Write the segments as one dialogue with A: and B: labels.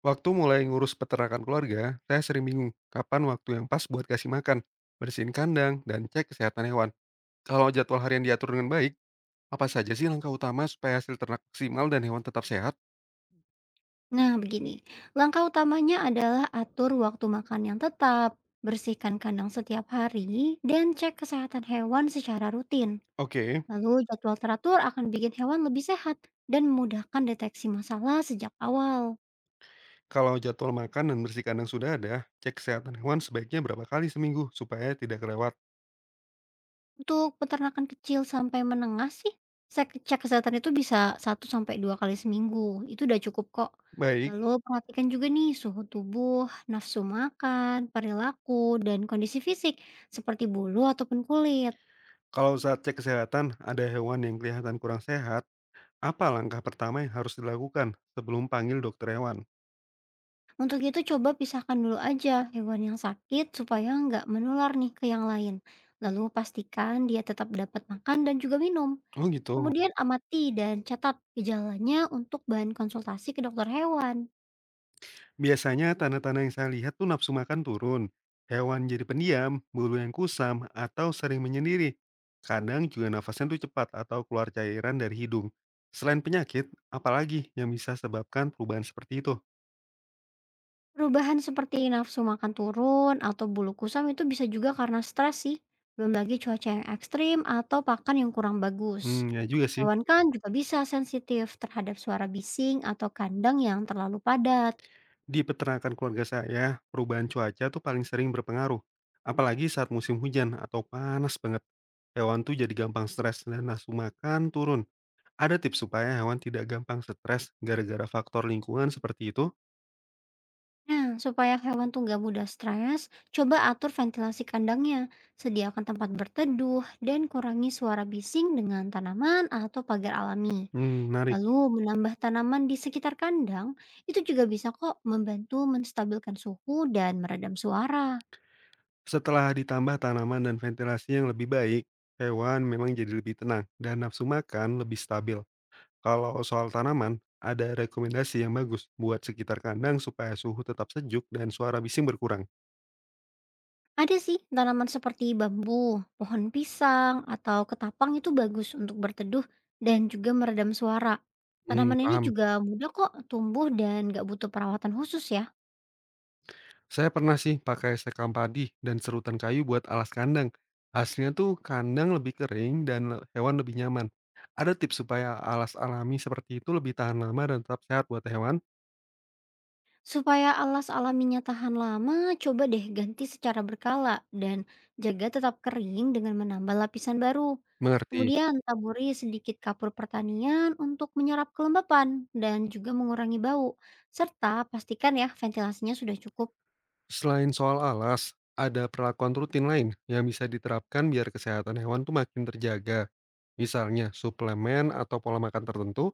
A: Waktu mulai ngurus peternakan keluarga, saya sering bingung kapan waktu yang pas buat kasih makan, bersihin kandang, dan cek kesehatan hewan. Kalau jadwal harian diatur dengan baik, apa saja sih langkah utama supaya hasil ternak maksimal dan hewan tetap sehat?
B: Nah, begini. Langkah utamanya adalah atur waktu makan yang tetap, bersihkan kandang setiap hari, dan cek kesehatan hewan secara rutin.
A: Oke,
B: Lalu jadwal teratur akan bikin hewan lebih sehat dan memudahkan deteksi masalah sejak awal.
A: kalau jadwal makan dan bersih kandang sudah ada, cek kesehatan hewan sebaiknya berapa kali seminggu supaya tidak kelewat.
B: Untuk peternakan kecil sampai menengah sih, saya cek kesehatan itu bisa 1 sampai 2 kali seminggu. Itu udah cukup kok.
A: Baik,
B: Lalu perhatikan juga nih suhu tubuh, nafsu makan, perilaku, dan kondisi fisik seperti bulu ataupun kulit.
A: kalau saat cek kesehatan ada hewan yang kelihatan kurang sehat, apa langkah pertama yang harus dilakukan sebelum panggil dokter hewan?
B: Untuk itu coba pisahkan dulu aja hewan yang sakit supaya nggak menular nih ke yang lain. Lalu pastikan dia tetap dapat makan dan juga minum.
A: Oh gitu.
B: Kemudian amati dan catat gejalanya untuk bahan konsultasi ke dokter hewan.
A: Biasanya tanda-tanda yang saya lihat tuh nafsu makan turun, hewan jadi pendiam, bulu yang kusam, atau sering menyendiri. Kadang juga nafasnya tuh cepat atau keluar cairan dari hidung. Selain penyakit, apalagi yang bisa sebabkan perubahan seperti itu?
B: Perubahan seperti nafsu makan turun atau bulu kusam itu bisa juga karena stres sih. Belum lagi cuaca yang ekstrim atau pakan yang kurang bagus.
A: Hmm, ya juga sih.
B: Hewan kan juga bisa sensitif terhadap suara bising atau kandang yang terlalu padat.
A: Di peternakan keluarga saya, perubahan cuaca tuh paling sering berpengaruh. Apalagi saat musim hujan atau panas banget. Hewan tuh jadi gampang stres dan nafsu makan turun. Ada tips supaya hewan tidak gampang stres gara-gara faktor lingkungan seperti itu?
B: Nah, supaya hewan tuh nggak mudah stres, coba atur ventilasi kandangnya, sediakan tempat berteduh, dan kurangi suara bising dengan tanaman atau pagar alami.
A: Mmm, menarik.
B: Lalu menambah tanaman di sekitar kandang, itu juga bisa kok membantu menstabilkan suhu dan meredam suara.
A: Setelah ditambah tanaman dan ventilasi yang lebih baik, hewan memang jadi lebih tenang dan nafsu makan lebih stabil. Kalau soal tanaman, ada rekomendasi yang bagus buat sekitar kandang supaya suhu tetap sejuk dan suara bising berkurang?
B: Ada sih tanaman seperti bambu, pohon pisang, atau ketapang itu bagus untuk berteduh dan juga meredam suara.
A: Mmm,
B: Tanaman ini
A: paham.
B: juga mudah kok tumbuh dan nggak butuh perawatan khusus ya.
A: Saya pernah sih pakai sekam padi dan serutan kayu buat alas kandang. Hasilnya tuh kandang lebih kering dan hewan lebih nyaman. Ada tips supaya alas alami seperti itu lebih tahan lama dan tetap sehat buat hewan?
B: Supaya alas alaminya tahan lama, coba deh ganti secara berkala dan jaga tetap kering dengan menambah lapisan baru.
A: Mengerti.
B: Kemudian taburi sedikit kapur pertanian untuk menyerap kelembapan dan juga mengurangi bau. Serta pastikan ya ventilasinya sudah cukup.
A: Selain soal alas, ada perlakuan rutin lain yang bisa diterapkan biar kesehatan hewan tuh makin terjaga. Misalnya suplemen atau pola makan tertentu.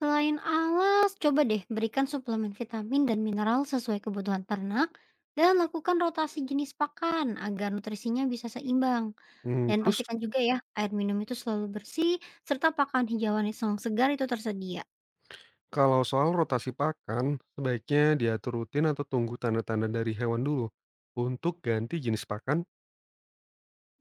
B: Selain alas, coba deh berikan suplemen vitamin dan mineral sesuai kebutuhan ternak dan lakukan rotasi jenis pakan agar nutrisinya bisa seimbang.
A: Hmm,
B: Dan
A: terus
B: pastikan juga ya, air minum itu selalu bersih, serta pakan hijauan yang segar itu tersedia.
A: kalau soal rotasi pakan, sebaiknya diatur rutin atau tunggu tanda-tanda dari hewan dulu untuk ganti jenis pakan.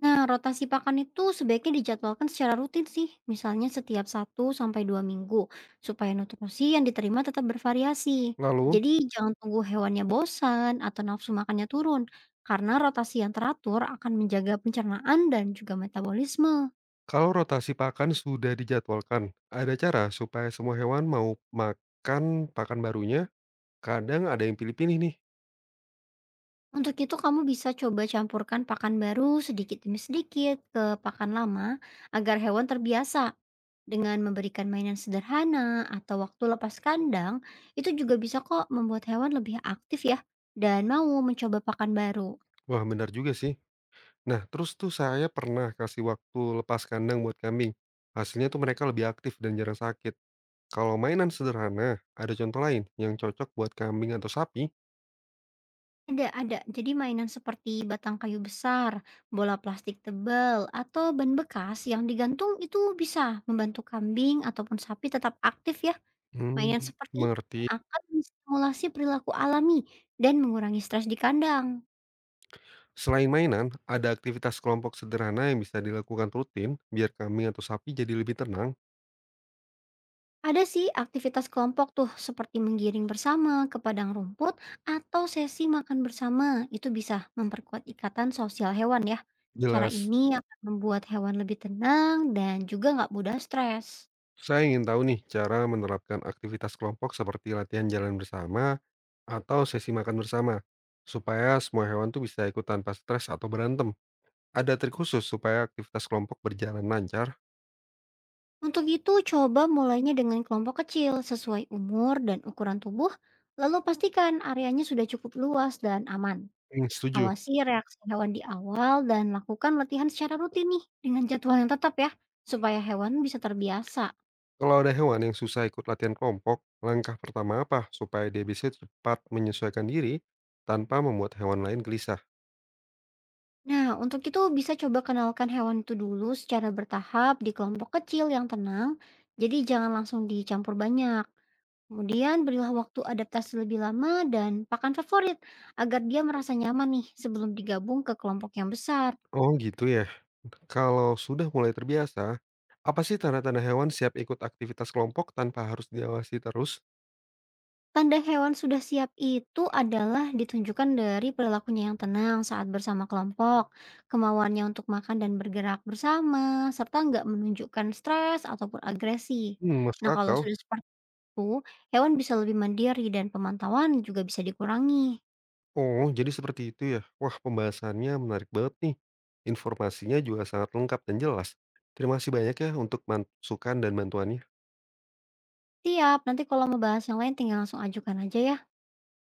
B: Nah, rotasi pakan itu sebaiknya dijadwalkan secara rutin sih, misalnya setiap 1 sampai 2 minggu, supaya nutrisi yang diterima tetap bervariasi.
A: Lalu,
B: Jadi jangan tunggu hewannya bosan atau nafsu makannya turun, karena rotasi yang teratur akan menjaga pencernaan dan juga metabolisme.
A: kalau rotasi pakan sudah dijadwalkan, ada cara supaya semua hewan mau makan pakan barunya. Kadang ada yang pilih-pilih nih.
B: Untuk itu kamu bisa coba campurkan pakan baru sedikit demi sedikit ke pakan lama agar hewan terbiasa. Dengan memberikan mainan sederhana atau waktu lepas kandang, itu juga bisa kok membuat hewan lebih aktif ya dan mau mencoba pakan baru.
A: Wah, benar juga sih. Nah, terus tuh saya pernah kasih waktu lepas kandang buat kambing. Hasilnya tuh mereka lebih aktif dan jarang sakit. Kalau mainan sederhana, ada contoh lain yang cocok buat kambing atau sapi?
B: Ada. Jadi mainan seperti batang kayu besar, bola plastik tebal, atau ban bekas yang digantung itu bisa membantu kambing ataupun sapi tetap aktif ya.
A: Hmm,
B: Mainan seperti ini
A: mengerti.
B: akan menstimulasi perilaku alami dan mengurangi stres di kandang.
A: Selain mainan, ada aktivitas kelompok sederhana yang bisa dilakukan rutin biar kambing atau sapi jadi lebih tenang.
B: Ada sih aktivitas kelompok tuh seperti menggiring bersama ke padang rumput atau sesi makan bersama. Itu bisa memperkuat ikatan sosial hewan ya. Cara
A: Jelas.
B: ini akan membuat hewan lebih tenang dan juga nggak mudah stres.
A: Saya ingin tahu nih cara menerapkan aktivitas kelompok seperti latihan jalan bersama atau sesi makan bersama supaya semua hewan tuh bisa ikut tanpa stres atau berantem. Ada trik khusus supaya aktivitas kelompok berjalan lancar?
B: Untuk itu coba mulainya dengan kelompok kecil sesuai umur dan ukuran tubuh. Lalu pastikan areanya sudah cukup luas dan aman.
A: Hmm, setuju.
B: Awasi reaksi hewan di awal dan lakukan latihan secara rutin nih dengan jadwal yang tetap ya, supaya hewan bisa terbiasa.
A: Kalau ada hewan yang susah ikut latihan kelompok, langkah pertama apa supaya dia bisa cepat menyesuaikan diri tanpa membuat hewan lain gelisah?
B: Nah, untuk itu bisa coba kenalkan hewan itu dulu secara bertahap di kelompok kecil yang tenang, jadi jangan langsung dicampur banyak. Kemudian berilah waktu adaptasi lebih lama dan pakan favorit agar dia merasa nyaman nih sebelum digabung ke kelompok yang besar.
A: Oh gitu ya. Kalau sudah mulai terbiasa, apa sih tanda-tanda hewan siap ikut aktivitas kelompok tanpa harus diawasi terus?
B: Tanda hewan sudah siap itu adalah ditunjukkan dari perilakunya yang tenang saat bersama kelompok, kemauannya untuk makan dan bergerak bersama, serta nggak menunjukkan stres ataupun agresi.
A: Hmm, masuk
B: Nah, kalau
A: akal.
B: sudah seperti itu, hewan bisa lebih mandiri dan pemantauan juga bisa dikurangi.
A: Oh, jadi seperti itu ya. Wah, pembahasannya menarik banget nih. Informasinya juga sangat lengkap dan jelas. Terima kasih banyak ya untuk masukan dan bantuannya.
B: Siap, nanti kalau mau bahas yang lain tinggal langsung ajukan aja ya.